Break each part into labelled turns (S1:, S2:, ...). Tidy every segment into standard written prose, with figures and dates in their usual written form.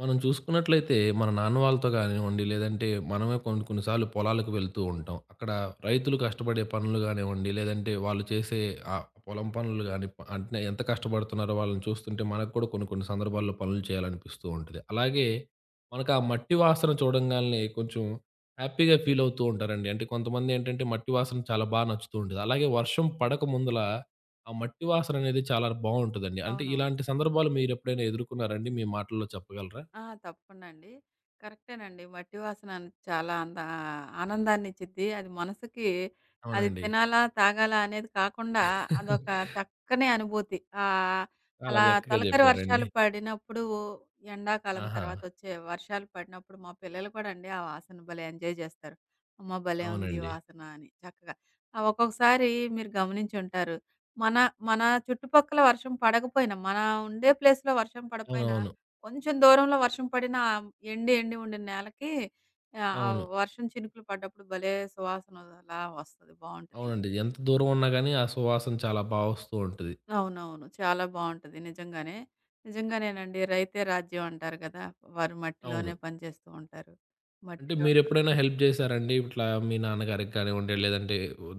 S1: మనం చూసుకున్నట్లయితే, మన నాన్న వాళ్ళతో గానివ్వండి, లేదంటే మనమే కొన్ని కొన్ని సార్లు పొలాలకు వెళ్తూ ఉంటాం. అక్కడ రైతులు కష్టపడే పనులు గానివ్వండి, లేదంటే వాళ్ళు చేసే ఆ పొలం పనులు గాని, అంటే ఎంత కష్టపడుతున్నారో వాళ్ళని చూస్తుంటే మనకు కూడా కొన్ని కొన్ని సందర్భాల్లో పనులు చేయాలనిపిస్తూ ఉంటది. అలాగే మనకు ఆ మట్టి వాసన చూడంగాల్నే కొంచెం హ్యాపీగా ఫీల్ అవుతూ ఉంటారండి. అంటే కొంతమందేంటంటే మట్టి వాసన చాలా బాగా నచ్చుతూ ఉంటది. అలాగే వర్షం పడక ముందల ఆ మట్టి వాసన అనేది చాలా బావుంటదండి. అంటే
S2: అవునవును.
S1: ఇలాంటి సందర్భాలు మీరెప్పుడైనా ఎదుర్కొన్నారండి? మీ మాటల్లో చెప్పగలరా?
S2: ఆ! తప్పకుండా అండి. కరెక్టేనండి. మట్టి వాసన చాలా ఆనందాన్నిచ్చిద్ది. అది మనసుకి అది
S1: అవునండి.
S2: తినాలా? తాగాలా? అనేది కాకుండా అదొక చక్కని అనుభూతి. ఆహ్,
S1: చాలా
S2: అలా
S1: చక్కగా
S2: తొలకరి
S1: చెప్పారండి.
S2: వర్షాలు పడినప్పుడు ఎండాకాలం
S1: ఆహా!
S2: తర్వాతొచ్చే వర్షాలు పడినప్పుడు మా పిల్లలు కూడా అండి ఆ వాసన భలే ఎంజాయ్ జేస్తారు. అమ్మ భలే ఉంది ఈ
S1: అవునండి.
S2: వాసన అని చక్కగా. ఒక్కొక్కసారి మీరు గమనించుంటారు. మన మన చుట్టుపక్కల వర్షం పడకపోయినా, మన ఉండే ప్లేస్‌లో వర్షం పడపోయినా
S1: అవునవును.
S2: కొంచెం దూరంలో వర్షం పడిన ఆ ఎండి ఉండిన నేలకి ఆహ్, ఆ
S1: అవును.
S2: వర్షం చినుకులు పడ్డప్పుడు భలే సువాసన అలా వస్తది. బావుంటది.
S1: అవునండి. ఎంత దూరం ఉన్నా గాని ఆ సువాసన చాలా బా వస్తూ ఉంటది.
S2: అవునవును. చాలా బావుంటది నిజంగానే. నిజంగానేనండి. రైతే రాజ్యం అంటారు కదా! వారు
S1: అవును.
S2: మట్టిలోనే పని చేస్తూ ఉంటారు.
S1: అంటే
S2: మట్టిలో
S1: మీరెప్పుడైనా హెల్ప్ చేసారండి? ఇట్లా మీ నాన్నగారికి కానివ్వండి, లేదంటే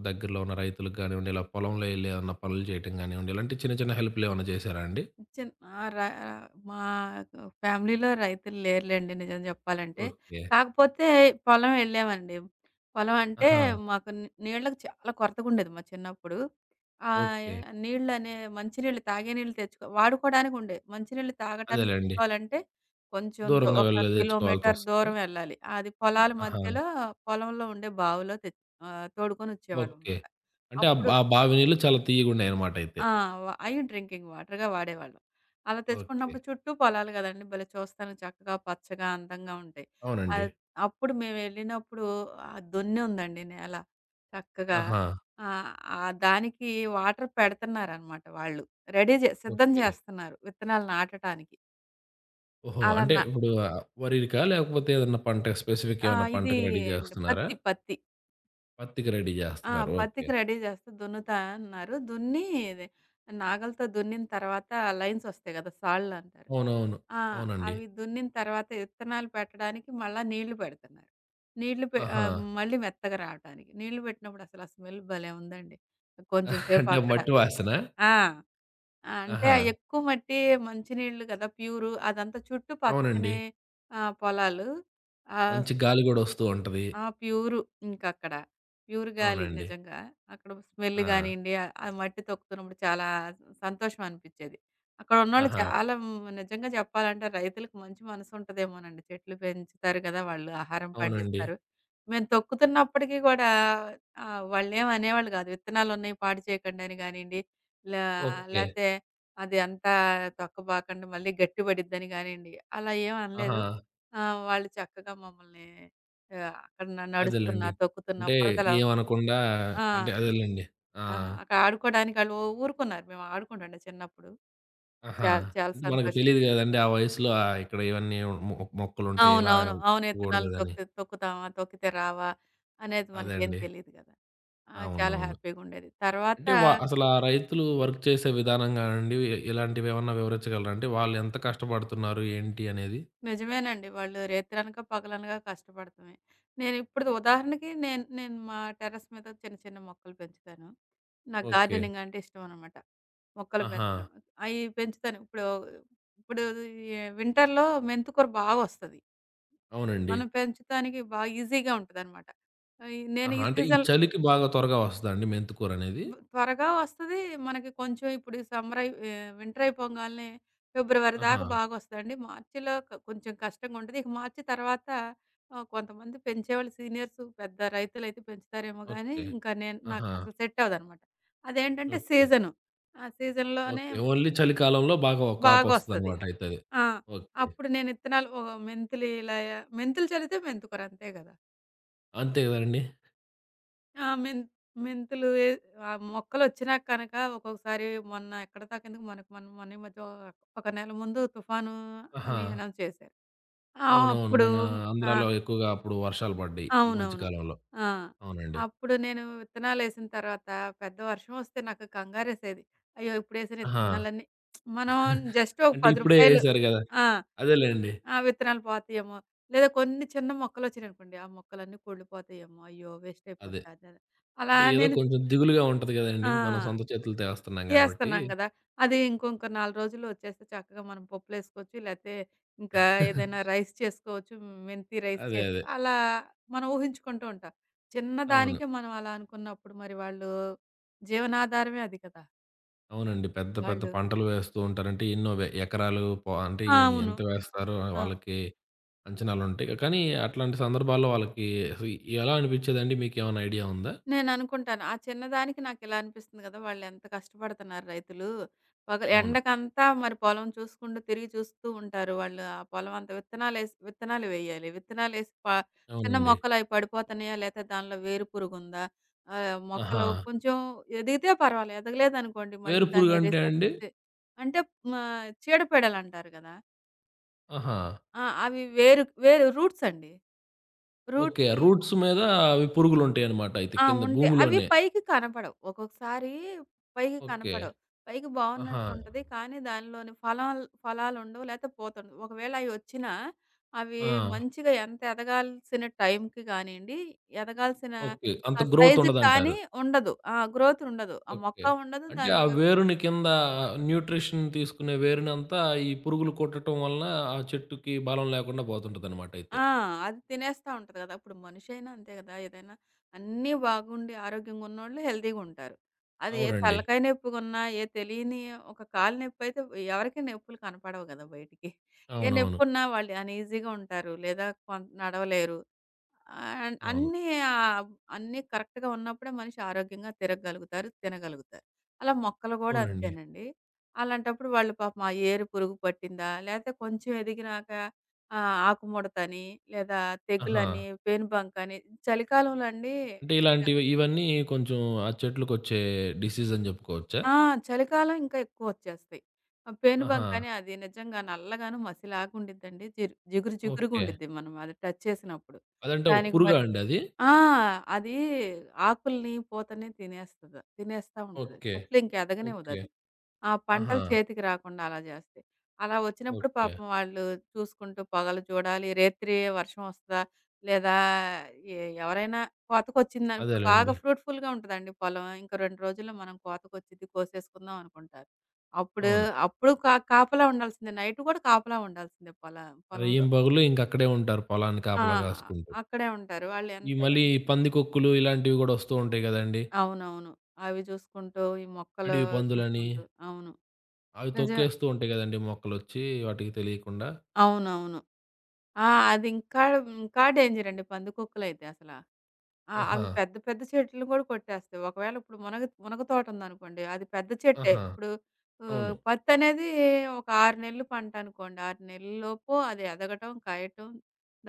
S1: దగ్గరలో ఉన్న రైతులకు కానివ్వండి, ఇలా పొలంలో ఎళ్లి ఏమన్నా పనులు చేయటం కానివ్వండి, ఇలాంటి చిన్న చిన్న హెల్ప్‌లు ఏమన్నా చేసారా అండి?
S2: చిన్ ఆ! ర మా ఫ్యామిలీలో రైతులు లేరులెండి నిజం జెప్పాలంటే.
S1: ఓకే.
S2: కాకపోతే పొలం ఎళ్ళామండి. పొలం అంటే
S1: ఆహా!
S2: మాకు నీళ్ళకి చాలా కొరతగుండేది మా చిన్నప్పుడు. ఆహ్,
S1: ఓకే.
S2: నీళ్ళనే మంచినీళ్ళు తాగే నీళ్ళు తెచ్చుకో వాడుకోడానికుండేవి. మంచినీళ్ళు తాగటానికి
S1: అదేలెండి.
S2: తెచ్చుకోవాలంటే కొంచెం
S1: దూరంగా
S2: ఒక
S1: వెళ్ళి
S2: కిలోమీటర్
S1: తెచ్చుకోవాల్సొస్తదా?
S2: దూరం ఎళ్ళాలి. అది పొలాల
S1: ఆహా!
S2: మధ్యలో పొలంలో ఉండే బావిలో
S1: ఓకే.
S2: తోడుకొనొచ్చేవాళ్ళమనమాట.
S1: అంటే ఆ
S2: అప్పుడు
S1: బావి నీళ్ళు చాలా తియ్యగుండాయన్నమాట అయితే.
S2: ఆ! వ అయి డ్రింకింగ్ వాటర్‌గా వాడేవాళ్ళం. అలా
S1: ఓకే.
S2: తెచ్చుకున్నప్పుడు చుట్టూ పొలాలు గదండీ! భలే చూస్తానికి చక్కగా పచ్చగా అందంగా ఉంటాయి.
S1: అవునండి.
S2: అద్ అప్పుడు మేమెళ్ళినప్పుడు దొన్నుందండి నేల చక్కగా.
S1: ఆహా!
S2: ఆహ్, ఆ దానికి వాటర్ పెడుతున్నారనమాట వాళ్ళు. రెడీ జే సిద్ధం
S1: ఓకే.
S2: జేస్తున్నారు విత్తనాలు నాటటానికి.
S1: ఓహో!
S2: అలా
S1: అంటే
S2: నా
S1: ఇప్పుడు ఆహ్, వరికా? లేకపోతే ఏదన్నా పంట స్పెసిఫిక్
S2: ఆ!
S1: ఏమన్నా
S2: ఇది
S1: పంటకి రెడీ జేస్తున్నారా?
S2: పత్తి, పత్తి.
S1: పత్తికి రెడీ
S2: ఆ!
S1: జేస్తున్నారు. ఓకే.
S2: పత్తికి రెడీ చేస్తా దున్నుతా అన్నారు. దున్ని ఇది నాగలితో దున్నిన తర్వాత లైన్సొస్తాయి కదా! సాళ్ళంటారు.
S1: అవునవును.
S2: ఆ!
S1: అవునండి.
S2: అవి దున్నిన తర్వాత విత్తనాలు పెట్టడానికి మళ్ళా నీళ్లు పెడుతున్నారు. నీళ్లు పె
S1: ఆహా!
S2: ఆహ్, మళ్ళీ మెత్తగా రావటానికి. నీళ్లు పెట్టినప్పుడు అసలు ఆ స్మెల్ భలే ఉందండి. కొంచెం సేపు
S1: అంటే
S2: అక్కడ
S1: మట్టి వాసనా?
S2: ఆ! ఆ! అంటే
S1: ఆహా!
S2: ఎక్కువ మట్టి మంచినీళ్ళు కదా! ప్యూరు అదంతా చుట్టూ
S1: అవునండి.
S2: పచ్చని పొలాలు. ఆహ్
S1: మంచి గాలి గూడా వస్తూ ఉంటది.
S2: ఆ! ప్యూరు ఇంకక్కడ. ప్యూర్ గాలి
S1: అవునండి.
S2: నిజంగా. అక్కడ స్మెల్
S1: ఆ!
S2: గానియండి, ఆ ఆ మట్టి తొక్కుతున్నప్పుడు చాలా సంతోషం అనిపిచ్చేది. అక్కడున్నోళ్ళు
S1: ఆహా!
S2: చాలా నిజంగా చెప్పాలంటే రైతులకు మంచి మనసుంటదేమోనండి. చెట్లు పెంచుతారు గదా! వాళ్ళు ఆహారం
S1: అవునండి.
S2: పండిస్తారు. మేము తొక్కుతున్నప్పటికి గూడా వాళ్ళేం అనేవాళ్ళు గాదు. విత్తనాలున్నాయి పాడు చేయకండని గానియండి, లా
S1: ఓకే.
S2: లేతే అది అంతా తొక్కబాకండి మళ్ళీ గట్టిబడిద్దని గానియండి, అలా ఏం
S1: ఆహా!
S2: అనలేదు. ఆ! వాళ్ళు చక్కగా మమ్మల్ని అక్కడ నడుస్తున్నా,
S1: అదేలెండి.
S2: తొక్కుతున్నా
S1: అంటే
S2: బురదలో.
S1: ఏమనకుండా
S2: ఆ!
S1: అంటే అదేలెండి. ఆ!
S2: ఆ! అక్కడ ఆడుకోవడానికి ఆళ్ళు ఊరుకున్నారు. మేము ఆడుకుంటుండే చిన్నప్పుడు.
S1: ఆహా!
S2: చాలా
S1: అంటే మనకు
S2: సంతోషం.
S1: తెలీదు గదండీ! ఆ వయసులో ఆహ్, ఇక్కడ ఇవన్నీ మొ మొక్కలుంటాయి. ఇలా
S2: అవునవును. అవును. ఇత్తనాలు
S1: కుట్టకూడదని.
S2: తొక్కుతామా? తొక్కితే రావా? అనేది
S1: అదే
S2: మనకేం
S1: అండి.
S2: తెలీదు గదా! ఆ! చాలా
S1: అవునవును.
S2: హ్యాపీగుండేది. తర్వాత
S1: అంటే అసలా రైతులు వర్క్ చేసే విధానం గానండి, ఇలాంటివేమన్నా వివరించగలరా? అంటే వాళ్ళెంత కష్టపడుతున్నారు? ఏంటి అనేది?
S2: నిజమేనండి. వాళ్ళు రేత్రనక, పగలనగా కష్టపడతమే. నేనిప్పుడు ఉదాహరణకి నేను నేను మా టెర్రస్ మీద చిన్న, చిన్న మొక్కలు పెంచుతాను. నాకు
S1: ఓకే.
S2: గార్డెనింగ్ అంటే ఇష్టమనమాట. మొక్కలు
S1: ఆహా!
S2: పెంచడం. అయి పెంచుతాను. ఇప్పుడు ఇప్పుడు ఎ వింటర్‌లో మెంతికూర బాగొస్తది.
S1: అవునండి.
S2: మనం పెంచటానికి బాగా ఈజీగా ఉంటదనమాట. నేను
S1: ఆహా!
S2: ఈ
S1: అంటే ఈ
S2: సీజన్
S1: చలికి బాగా త్వరగా వస్తదా అండి మెంతి కూరనేది?
S2: త్వరగా వస్తది. మనకి కొంచెం ఇప్పుడు ఈ సమ్మర్ అయి వింటర్ అయిపోగాల్నే ఫిబ్రవరి
S1: ఆహా!
S2: దాకా బాగొస్తదండి. మార్చిలో కొంచెం కష్టంగా ఉంటది. ఇక మార్చి తర్వాత కొంతమంది పెంచేవాళ్ళు సీనియర్స్ పెద్ద రైతులైతే పెంచుతారేమో గానీ,
S1: ఓకే.
S2: ఇంకా నాకు
S1: ఆహా!
S2: అసలు సెట్ అవ్వదనమాట. అదేంటంటే
S1: ఓకే.
S2: సీజను. ఆ సీజన్‌లోనే
S1: ఓకే. ఓన్లీ చలికాలంలో బాగా
S2: బాగొస్తది.
S1: కాపొస్తదనమాట అయితే అది.
S2: ఆ!
S1: ఓకే.
S2: అప్పుడు నేను ఇత్తనాలు ఓ మెంతులు ఇలా మెంతులు చల్లితే మెంతుకూర అంతే గదా!
S1: అంతే గదండీ!
S2: ఆ! మెంత్ మెంతులు ఏ ఆ మొక్కలొచ్చినాక కనక ఒక్కొక్కసారి మొన్న ఎక్కడ దాకెందుకు మనకు మనం మొన్న ఈ మధ్య ఒక నెల ముందు తుఫాను
S1: ఆహా!
S2: అని అనౌన్స్ చేశారు. ఆ!
S1: అవునవును.
S2: అప్పుడు
S1: మన
S2: ఆ!
S1: ఆంధ్రాలో ఎక్కువగా అప్పుడు వర్షాలు పడ్డాయి. ఈ మధ్య
S2: అవునవును.
S1: కాలంలో.
S2: ఆ!
S1: అవునండి.
S2: అప్పుడు నేను విత్తనాలేసిన తర్వాత పెద్ద వర్షం వస్తే నాకు కంగారేసేది. అయ్యో! ఇప్పుడేసిన
S1: ఆహా!
S2: విత్తనాలన్నీ మనం జస్ట్
S1: అంటే
S2: ఒక రూ.
S1: ఇప్పుడే
S2: 10
S1: ఎసారు గదా!
S2: ఆ!
S1: అదేలెండి.
S2: ఆ విత్తనాలు పోతాయేమో! లేదా కొన్ని చిన్న మొక్కలొచ్చినాయనుకోండి. ఆ మొక్కలన్నీ కుళ్ళిపోతాయేమో! అయ్యో! వేస్ట్
S1: అదే.
S2: అయిపోద్ది అది అది అలా
S1: అంటే ఏదో
S2: నేను
S1: కొంచెం దిగులుగా ఉంటది గదండీ.
S2: ఆ!
S1: మనం సొంత చేతులతో ఏస్తున్నాం గాబట్టి.
S2: చేస్తున్నాం గదా! అది ఇంకొక 4 రోజుల్లో వచ్చేస్తే చక్కగా మనం పప్పులేసుకోవచ్చు. లేతే ఇంకా ఏదైనా రైస్ చేసుకోవచ్చు. మెంతి రైస్
S1: అదే.
S2: చేసు
S1: అదే.
S2: అలా మనం ఊహించుకుంటూ ఉంటాం.
S1: అవును.
S2: చిన్నదానికే మనం అలా అనుకున్నప్పుడు మరి వాళ్ళు జీవనాధారమే అది కదా!
S1: అవునండి. పెద్ద పెద్ద
S2: వాళ్ళు
S1: పంటలు వేస్తూ ఉంటారు. అంటే ఎన్నో ఎకరాలు పొ అంటే
S2: ఆ! అవును.
S1: ఎంత వేస్తారో
S2: ఆ!
S1: వాళ్ళకి అంచనాలుంటాయి. కానీ అట్లాంటి సందర్భాల్లో వాళ్ళకి అసలు ఎలా అనిపిచ్చేదండి? మీకేమైనా ఐడియా ఉందా?
S2: నేననుకుంటాను. ఆ చిన్నదానికి నాకిలా అనిపిస్తుంది గదా! వాళ్ళెంత కష్టపడుతున్నారు రైతులు. పగలు
S1: అవును.
S2: ఎండకంతా మరి పొలం చూసుకుంటూ, తిరిగి చూస్తూ ఉంటారు. వాళ్ళు ఆ పొలం అంతా విత్తనాలేసి విత్తనాలు వేయాలి. విత్తనాలేసి ప చిన్న
S1: అవునండి.
S2: మొక్కలయి పడిపోతున్నాయా? లేతే దానిలో వేరు పురుగుందా?
S1: ఆహా!
S2: మొక్కలు కొంచెం ఎదిగితే పర్వాలే. ఎదగలేదనుకోండి మళ్ళీ దాన్ని
S1: వేరుపురుగంటే
S2: రీసెర్చ్
S1: అండి?
S2: చే అంటే మా చీడపీడలంటారు గదా!
S1: ఆహా!
S2: ఆ! అవి వేరు వేరు రూట్సండి.
S1: ఓకే.
S2: రూట్‌కి
S1: రూట్స్ మీద అవి పురుగులుంటాయన్నమాట అయితే
S2: ఆ!
S1: కింద
S2: ఉంటాయి. అవి
S1: భూమిలోనే.
S2: పైకి కనపడవు. ఒక్కొక్కసారి పైకి
S1: ఓకే.
S2: కనపడవు. పైకి
S1: ఆహా!
S2: బావున్నట్టుంటది. కానీ దానిలోని ఫలాలుండవు, లేతే పూతుండదు. ఒకవేళ అయొచ్చినా, అవి
S1: ఆ!
S2: మంచిగా ఎంత ఎదగాల్సిన టైంకి గానియండి, ఎదగాల్సిన
S1: ఓకే. అంత
S2: ఆ
S1: గ్రోత్
S2: సైజుకి
S1: ఉండదంటారు.
S2: కానీ ఉండదు. ఆ! గ్రోతుండదు. ఆ మొక్క
S1: ఓకే.
S2: ఉండదు.
S1: అంటే ఆ
S2: దానికి
S1: వేరుని కింద న్యూట్రిషన్ తీసుకునే వేరునంతా ఈ పురుగులు కుట్టటం వలన ఆ చెట్టుకి బలం లేకుండా పోతుంటదన్నమాట అయితే.
S2: ఆ! అది తినేస్తా ఉంటది గదా! ఇప్పుడు మనిషైనా అంతే గదా! ఏదైనా అన్నీ బాగుండి ఆరోగ్యంగున్నోళ్ళు హెల్తీగుంటారు. అది ఏ
S1: అవునండి.
S2: తలకాయ నొప్పిగున్నా, ఏ తెలియని ఒక కాలు నొప్పైతే ఎవరికీ నొప్పులు కనపడవు గదా! బయటికి. ఏ
S1: అవునవును.
S2: నొప్పున్నా వాళ్ళు అన్‌ఈజీగా ఉంటారు. లేదా నడవలేరు. ఆహ్,
S1: అవును.
S2: అన్నీ ఆహ్, అన్నీ కరెక్ట్‌గా ఉన్నప్పుడే మనిషి ఆరోగ్యంగా తిరగగలుగుతారు, తినగలుగుతారు. అలా మొక్కలు గూడా
S1: అవునండి.
S2: అంతేనండి. అలాంటప్పుడు వాళ్ళు పాపం ఆ ఏరు పురుగు పట్టిందా, లేతే కొంచెం ఎదిగినాక ఆకుముడతని, లేదా
S1: ఆహా!
S2: తెగులని, పేనుబంక అని చలికాలంలో అండి
S1: అంటే
S2: నిజంగా
S1: ఇలాంటివి ఇవన్నీ కొంచెం ఆ చెట్లకొచ్చే డిసీజ్ అని చెప్పుకోవచ్చా?
S2: ఆ! చలికాలం ఇంకా ఎక్కువొచ్చేస్తాయి.
S1: ఆహా!
S2: పేనుబంక అని అది నిజంగా నల్లగాను మసిలాగా ఉండిద్దండి. జిగురు
S1: ఓకే.
S2: జిగురుగుండిద్ది మనం అది టచ్ చేసినప్పుడు.
S1: అదంటే ఒక
S2: దానికి
S1: పురుగా
S2: మరి
S1: అండి అది?
S2: ఆ! అది ఆకుల్ని, పూతని తినేస్తది. తినేస్తా ఉంటది.
S1: ఓకే.
S2: చెట్లు ఇంక
S1: ఓకే.
S2: ఎదగనివ్వదది. ఆ
S1: ఆహా!
S2: పంటలు చేతికి రాకుండా అలా చేస్తే. అలా వచ్చినప్పుడు
S1: ఓకే.
S2: పాపం వాళ్ళు చూసుకుంటూ పొగలు చూడాలి. రేత్రి వర్షం వస్తదా? లేదా ఎ ఎవరైనా కోతకొచ్చిందా ఇప్పుడు బాగా
S1: అదేలెండి.
S2: ఫ్రూట్‌ఫుల్‌గా ఉంటదండి పొలం. ఇంక 2 రోజుల్లో మనం కోతకొచ్చిద్ది కోసేసుకుందాం అనుకుంటారు. అప్పుడు
S1: అవును.
S2: అప్పుడు కా కాపలా ఉండాల్సిందే. నైట్ కూడా కాపలా ఉండాల్సిందే పొలంలో.
S1: రెయ్యం పగులు ఇంకక్కడే ఉంటారు పొలాన్ని
S2: ఆ!
S1: కాపలా కాసుకుంటూ.
S2: అక్కడే ఉంటారు. వాళ్ళు
S1: ఈ
S2: ఎంత
S1: మళ్ళీ పందికొక్కులు ఇలాంటివి గూడా వస్తూ ఉంటాయి గదండీ!
S2: అవునవును. అవి చూసుకుంటూ, ఈ మొక్కలు
S1: అడవి పందులని.
S2: చూసుకుంటూ. అవును.
S1: అవి
S2: నిజమే.
S1: తొక్కేస్తూ ఉంటాయి గదండీ మొక్కలొచ్చి వాటికి తెలియకుండా.
S2: అవునవును. ఆ! అదింకా ఇంకా డేంజరండి పందికొక్కులైతే అసల. ఆ!
S1: ఆహా!
S2: అవి పెద్ద పెద్ద చెట్లుని కూడా కొట్టేస్తాయి. ఒకవేళ ఇప్పుడు మునగ మునగ తోటుందనుకోండి, అది పెద్ద చెట్టే.
S1: ఆహా!
S2: ఇప్పుడు
S1: అవును.
S2: పత్తనేది ఒక 6 నెలలు పంటనుకోండి. 6 నెలల్లోపు అది ఎదగటం, కాయటం,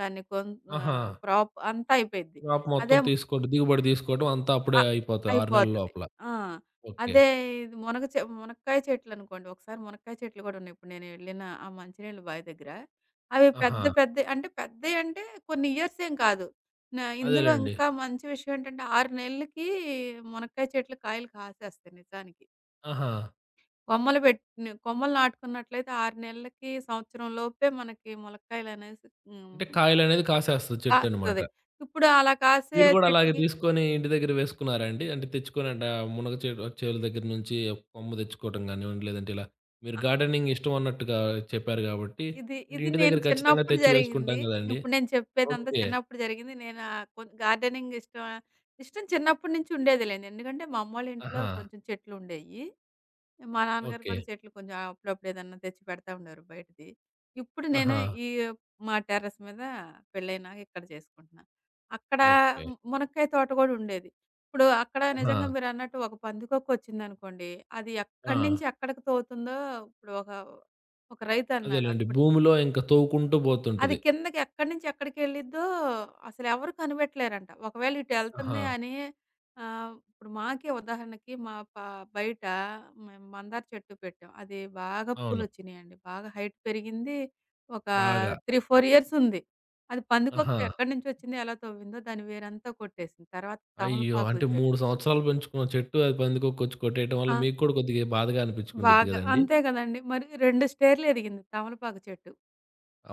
S2: దాన్ని కొన్
S1: ఆహా!
S2: క్రాప్ అంతా అయిపోయిద్ది.
S1: క్రాప్ మొత్తం
S2: అదే
S1: తీసుకోవడం దిగుబడి తీసుకోవడం అంతా అప్పుడే
S2: అ
S1: అయిపోతది 6 నెలల
S2: అయిపోతది.
S1: లోపల.
S2: ఆ!
S1: ఓకే.
S2: అదే ఇది మునగ చె మునక్కాయ చెట్లనుకోండి. ఒకసారి మునక్కాయ చెట్లు కూడా ఉన్నాయి. ఇప్పుడు నేను వెళ్ళిన ఆ మంచినీళ్ళ బావి దగ్గర. అవి
S1: ఆహా!
S2: పెద్ద పెద్దయి అంటే పెద్దయి అంటే కొన్ని ఇయర్స్ ఏం కాదు. ఇందులో
S1: అదేలెండి.
S2: ఇంకా మంచి విషయం ఏంటంటే 6 నెలలకి మునక్కాయ చెట్లు కాయలు కాసేస్తాయి నిజానికి.
S1: ఆహా!
S2: కొమ్మలు పెట్ కొమ్మలు నాటుకున్నట్లయితే 6 నెలలకి, సంవత్సరం లోపే మనకి ములక్కాయలనేసి
S1: అంటే కాయలనేది కాసేస్తది చెట్టనమాట.
S2: కాస్తది. ఇప్పుడు అలా కాసే
S1: మీరు గూడా అలాగే
S2: చెట్టుకి
S1: తీసుకొని ఇంటి దగ్గర వేసుకున్నారా అండి? అంటే మునగ చెడు చేలు దగ్గర నుంచి ఒక కొమ్మ తెచ్చుకోవటం గానివ్వండి, లేదంటే ఇలా మీరు గార్డెనింగ్ ఇష్టం అన్నట్టుగా చెప్పారు గాబట్టి,
S2: ఇది,
S1: అంటే
S2: ఇది
S1: ఇంటి
S2: నేను
S1: దగ్గర ఖచ్చితంగా
S2: చిన్నప్పుడు
S1: తెచ్చి
S2: జరిగింది.
S1: వేసుకుంటాం గదండీ!
S2: ఇప్పుడు నేను చెప్పేదంతా
S1: ఓకే.
S2: చిన్నప్పుడు జరిగింది. నేను ఆహ్, కొన్ గార్డెనింగ్ ఇష్టం ఇష్టం చిన్నప్పటి నుంచి ఉండేదిలేండి. ఎందుకంటే మా అమ్మోళ్ళ ఇంట్లో
S1: ఆహా!
S2: కొంచెం చెట్లుండేయి. మా నాన్నగారు
S1: ఓకే.
S2: కూడా చెట్లు కొంచెం అప్పుడప్పుడు ఏదన్నా తెచ్చి పెడతా ఉండేవారు బయటది. ఇప్పుడు నేను
S1: ఆహా!
S2: ఈ మా టెర్రస్ మీద పెళ్ళైనాక ఇక్కడ చేసుకుంటున్నా. అక్కడ
S1: ఓకే.
S2: మునక్కాయ తోట కూడా ఉండేది. ఇప్పుడు అక్కడ
S1: ఆహా!
S2: నిజంగా మీరన్నట్టు ఒక పందికొక్కొచ్చిందనుకోండి, అది
S1: ఆ!
S2: ఎక్కడి నుంచి ఎక్కడికి తోలుతుందో ఇప్పుడు ఒక ఒక రైతన్నాడు
S1: అదేలెండి.
S2: అప్పుడు
S1: భూమిలో ఇంక తోవుకుంటూ
S2: అది
S1: బోతుంటది.
S2: కిందకి ఎక్కడి నుంచి ఎక్కడికెళ్ళిద్దో అసలెవరు కనిపెట్టలేరంట. ఒకవేళ
S1: ఆహా!
S2: ఇటెళ్తుంది అని ఇప్పుడు మాకే ఉదాహరణకి మా ప బయట మేము మందార చెట్టు పెట్టాం. అది బాగా
S1: అవును.
S2: పూలొచ్చినియండి. బాగా హైట్ పెరిగింది. ఒక
S1: బాగా.
S2: 3, 4 ఇయర్స్ ఉంది. అది పందికొక్క
S1: ఆహా!
S2: ఎక్కడి నుంచొచ్చిందో, ఎలా తవ్విందో దాని వేరంతా కొట్టేసింది. తర్వాత
S1: అయ్యో!
S2: తమలపాకుల
S1: అంటే
S2: చెట్టు
S1: 3 సంవత్సరాలు పెంచుకున్న చెట్టు అది పందికొక్కొచ్చి కొట్టేయటం వల్ల
S2: ఆ!
S1: మీకు కూడా కొద్దిగా బాధగా అనిపించుకుండిద్ది
S2: బాగా
S1: గదండీ!
S2: అంతే గదండీ! మరి 2 స్టేర్‌లు ఎదిగింది తమలపాకు చెట్టు.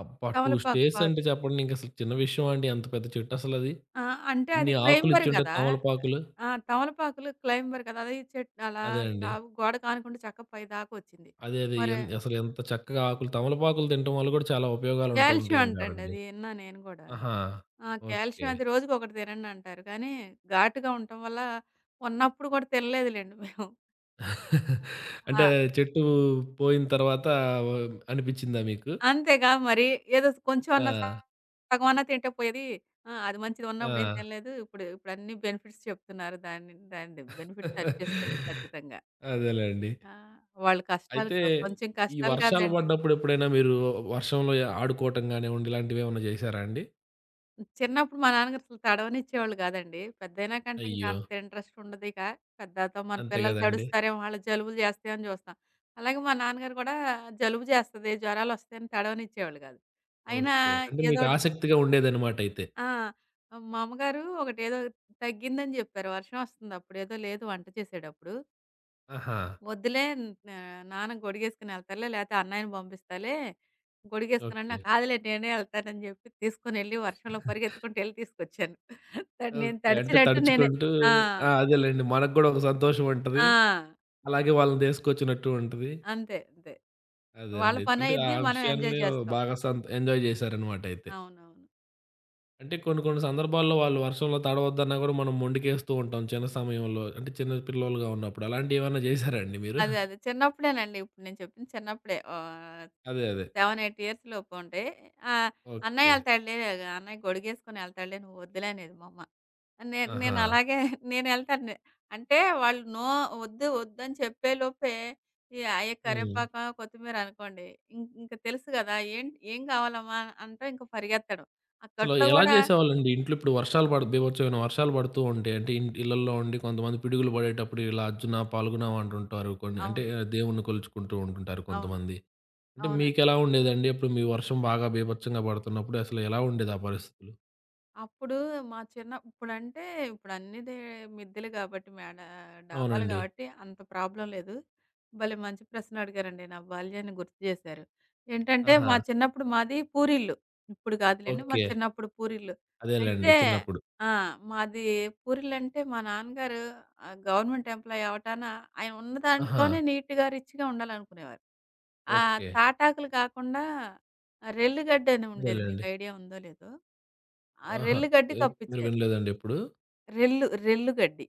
S1: అబ్బా! 2
S2: తమలపాకు
S1: స్టేర్స్
S2: పా
S1: అంటే చెప్పండి ఇంకసలు చిన్న విషయమా అండి? అంత పెద్ద చెట్టు అసలది.
S2: ఆ! అంటే
S1: ఎన్ని
S2: అది
S1: ఆకులు
S2: క్లైంబర్
S1: ఇచ్చుంటాయి
S2: గదా!
S1: తమలపాకులు.
S2: ఆ! తమలపాకులు క్లైంబర్ కదా! అది చెట్ అలా
S1: అదే అండి.
S2: స్లాబ్ గోడకి ఆనుకుంటే చక్క పైదాకొచ్చింది.
S1: అదే అదే.
S2: మరి
S1: అసలు ఎంత చక్కగా ఆకులు తమలపాకులు తినటం వల్ల కూడా చాలా ఉపయోగాలు ఉంటూ
S2: కాల్షియం
S1: ఉంటాయి
S2: అంటండి
S1: అంటారండి.
S2: అది ఇన్నా నేను గూడా.
S1: ఆహా!
S2: ఆ!
S1: ఓకే.
S2: కాల్షియం అది రోజుకొకటి తినండంటారు. కానీ ఘాటుగా ఉండటం వల్ల ఉన్నప్పుడు కూడా తినలేదులెండి మేము.
S1: అంటే
S2: ఆ!
S1: చెట్టు పోయిన తర్వాత వ అనిపిచ్చిందా మీకు?
S2: అంతేగా మరి ఏదో కొంచెం
S1: ఆ!
S2: అన్నా సగమన్నా తింటే పోయేది. ఆ! అది మంచిది ఉన్నప్పుడు ఏం
S1: ఆ!
S2: తినలేదు. ఇప్పుడన్ని బెనిఫిట్స్ చెప్తున్నారు. దాని దాని బెనిఫిట్స్ అనిపిస్తది ఖచ్చితంగా.
S1: అదేలెండి.
S2: ఆ! వాళ్ళ కష్టాలు
S1: అయితే
S2: కొంచెం
S1: ఈ
S2: కష్టాలు
S1: వర్షాలు
S2: కాదండి.
S1: పడ్డప్పుడు ఎప్పుడైనా మీరు వర్షంలో ఆడుకోవటం గానివ్వండి ఇలాంటివేమన్నా చేశారా అండి?
S2: చిన్నప్పుడు మా నాన్నగారు అసలు తడవనిచ్చేవాళ్ళు కాదండి. పెద్దయినాకంటే ఇంకా
S1: అయ్యో!
S2: అంత ఇంట్రెస్ట్ ఉండదిక. పెద్దాతో మన
S1: అంతే
S2: పిల్లలు
S1: గదండీ.
S2: తడుస్తారేమో, వాళ్ళు జలుబులు చేస్తాయో అని చూస్తాం. అలాగే మా నాన్నగారు కూడా జలుబు చేస్తది, జ్వరాలొస్తాయని తడవనిచ్చేవాళ్ళు కాదు. అయినా
S1: ఓకే. అంటే మీకు
S2: ఏదోటి
S1: ఆసక్తిగా ఉండేదన్నమాట అయితే.
S2: ఆ! మా అమ్మగారు ఒకటేదో తగ్గిందని చెప్పారు. వర్షం వస్తుందప్పుడు. ఏదో లేదు వంట చేసేటప్పుడు.
S1: ఆహా!
S2: వద్దులే నా నాన్న గొడిగేసుకొని ఎళ్తారులే, లేతే అన్నయ్యని పంపిస్తాలే. గొడిగేసుకోనంటే,
S1: ఓకే.
S2: "నాకు కాదులే నేనే ఎళ్తానని" చెప్పి తీసుకొనెళ్ళి వర్షంలో పరిగెత్తుకుంటూ ఎళ్లి తీసుకొచ్చాను. నేను
S1: ఓకే. అంటే
S2: తడిచినట్టు నేనే
S1: తడుచుకుంటూ
S2: ఆ!
S1: ఆ! అదేలెండి. మనకు గూడా ఒక సంతోషం ఉంటది.
S2: ఆ!
S1: అలాగే వాళ్ళని తీసుకొచ్చినట్టు ఉంటది.
S2: అంతే. అంతే. వాళ్ళ
S1: అదేనండి. అంటే ఆ
S2: పనయిద్ది. మనం ఎంజాయ్
S1: విషయాన్ని
S2: చేస్తాం.
S1: బాగా ఎంజాయ్ చేశారన్నమాట అయితే.
S2: అవునవును.
S1: అంటే కొన్ని కొన్ని సందర్భాల్లో వాళ్ళు వర్షంలో తడవద్దన్నా గూడా మనం మొండికేస్తూ ఉంటాం చిన్న సమయంలో. అంటే చిన్న పిల్లోలుగా ఉన్నప్పుడు. అలాంటియేమన్నా చేశారా అండి మీరు?
S2: అదే. అదే. చిన్నప్పుడేనండి. ఇప్పుడు నేను చెప్పింది చిన్నప్పుడే.
S1: అదే. అదే.
S2: 7, 8 ఇయర్స్ లోపు ఉంటాయి. ఆహ్,
S1: ఓకే.
S2: "అన్నయ్య ఎళ్తాడులే, అన్నయ్య గొడుగేసుకొని ఎళ్తాడులే, నువ్వు వద్దులే" అనేది మా అమ్మ. నేను
S1: ఆహా!
S2: నేను అలాగే నేనెళ్తాను. అంటే వాళ్ళు వద్దు, వద్దని చెప్పే లోపే ఈ అయ్యే
S1: హ్మ్.
S2: కరివేపాకో, కొత్తిమీర అనుకోండి. ఇంక తెలుసు గదా! " ఏం కావాలమ్మా" అంటే ఇంక పరిగెత్తడం. ఆ
S1: అసలు
S2: కట్లో
S1: ఎలా
S2: గూడా
S1: చేసేవాళ్ళండి? ఇంట్లో ఇప్పుడు వర్షాలు బీభత్సమైన వర్షాలు పడుతూ ఉంటాయి. అంటే ఇళ్లల్లో ఉండి కొంతమంది పిడుగులు పడేటప్పుడు ఇలా అర్జునా, పాల్గుణా అంటుంటారు. కొన్ని అంటే
S2: అవును.
S1: ఆ, దేవుణ్ణి కొలుచుకుంటూ ఉంటుంటారు
S2: అవును.
S1: కొంతమంది. అంటే
S2: అవును.
S1: మీకెలా ఉండేదండి? అప్పుడు మీ వర్షం బాగా బీభత్సంగా పడుతున్నప్పుడు అసలు ఎలా ఉండేది ఆ పరిస్థితులు?
S2: అప్పుడు మా చిన్న ఇప్పుడంటే ఇప్పుడన్నీ దే మిద్దెలు కాబట్టి డాబాలు
S1: అవునండి.
S2: కాబట్టి అంత ప్రాబ్లమ్ లేదు. భలే మంచి ప్రశ్న అడిగారండి. నా బాల్యాన్ని గుర్తు చేశారు. ఏంటంటే
S1: ఆహా!
S2: మా చిన్నప్పుడు మాది పూరిల్లు. ఇప్పుడు కాదులెండి. మా
S1: ఓకే.
S2: చిన్నప్పుడు పూరిల్లు.
S1: అదేలెండి
S2: అయితే
S1: చిన్నప్పుడు.
S2: ఆ! మాది పూరిల్లంటే మా నాన్నగారు గవర్నమెంట్ ఎంప్లాయీ అవ్వటాన ఆయన ఉన్న
S1: ఆహా!
S2: దాంట్లోనే నీట్‌గా, రిచ్‌గా ఉండాలనుకునేవారు. ఆ
S1: ఓకే.
S2: తాటాకులు కాకుండా ఆ! రెల్లు గడ్డని ఉండేది. మీకు
S1: అదేలెండి.
S2: ఐడియా ఉందో లేదో. ఆ
S1: ఆహా!
S2: రెల్లు గడ్డి
S1: ఏ మీరు
S2: కప్పిచ్చారు.
S1: వినలేదండి ఎప్పుడు?
S2: రెల్లు రెల్లు గడ్డి.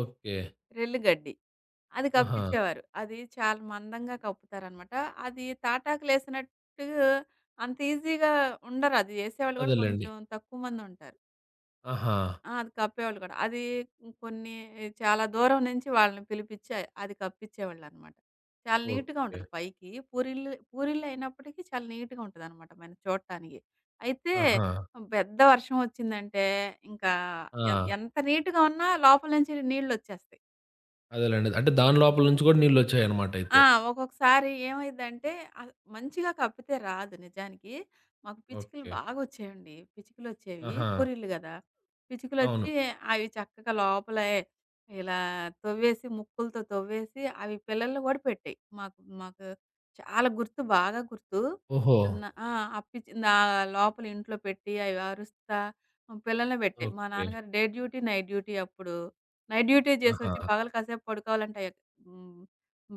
S1: ఓకే.
S2: రెల్లు గడ్డి. అది
S1: ఆహా!
S2: కప్పిచ్చేవారు. అది చాలా మందంగా కప్పుతారనమాట. అది తాటాకులేసినట్టు అంత ఈజీగా ఉండరు. అది చేసేవాళ్ళు కూడా
S1: అదేలెండి.
S2: కొంచెం తక్కువ మందుంటారు.
S1: ఆహా!
S2: ఆ! అది కప్పేవాళ్ళు కూడా. అది కొన్ని చాలా దూరం నుంచి వాళ్ళని పిలిపిచ్చి అది కప్పిచ్చేవాళ్ళనమాట. చాలా నీట్‌గా
S1: ఓకే.
S2: ఉంటది పైకి. పూరీలు పూరీలు అయినప్పటికీ చాలా నీట్‌గా ఉంటదనమాట మనం చూడటానికి. అయితే
S1: ఆహా!
S2: పెద్ద వర్షం వచ్చిందంటే ఇంకా
S1: ఆ!
S2: ఎంత నీట్‌గా ఉన్నా లోపల నుంచి నీళ్లొచ్చేస్తాయి.
S1: అదేలెండి. అంటే దాని లోపల నుంచి కూడా నీళ్ళొచ్చాయన్నమాట అయితే.
S2: ఆ! ఒక్కొక్కసారి ఏమైద్దంటే, అస్ మంచిగా కప్పితే రాదు నిజానికి. మాకు పిచ్చుకలు
S1: ఓకే.
S2: బాగొచ్చేయండి. పిచ్చుకలొచ్చేవి.
S1: ఆహా!
S2: పూరీలు గదా!
S1: అవును.
S2: పిచ్చుకలొచ్చి అవి చక్కగా లోపలే ఇలా తవ్వేసి, ముక్కులతో తవ్వేసి అవి పిల్లల్ని గూడా పెట్టాయి. మాకు మాకు చాలా గుర్తు, బాగా గుర్తు.
S1: ఓహో!
S2: అన్న ఆ! ఆ పిచ్చి నా లోపల ఇంట్లో పెట్టి అవి అరుస్తా పిల్లల్ని పెట్టాయి. మా
S1: ఓకే.
S2: నాన్నగారు డే డ్యూటీ, నైట్ డ్యూటీ అప్పుడు. నైట్ డ్యూటీ
S1: ఆహా!
S2: చేసొచ్చి పగలు కాసేపు పడుకోవాలంటే ఎక్ హ్మ్.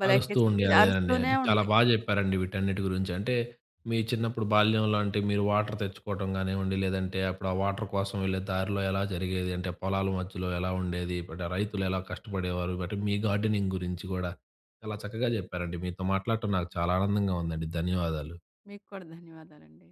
S2: భలే
S1: అరుస్తూ ఉండే
S2: కిచకిచ
S1: అదేనండి.
S2: అరుస్తూనే
S1: అది చాలా
S2: ఉంటాయి.
S1: బా జెప్పారండి వీటన్నిటి గురించి. అంటే మీ చిన్నప్పుడు బాల్యంలో అంటే మీరు వాటర్ తెచ్చుకోవటం గానివ్వండి, లేదంటే అప్పుడు ఆ వాటర్ కోసం వెళ్ళే దారిలో ఎలా జరిగేది? అంటే పొలాల మధ్యలో ఎలా ఉండేది? అంటే రైతులు ఎలా కష్టపడేవారు? అంటే మీ గార్డెనింగ్ గురించి గూడా చాలా చక్కగా జెప్పారండి. మీతో మాట్లాడటం నాకు చాలా ఆనందంగా ఉందండి. ధన్యవాదాలు.
S2: మీకు కూడా ధన్యవాదాలండి.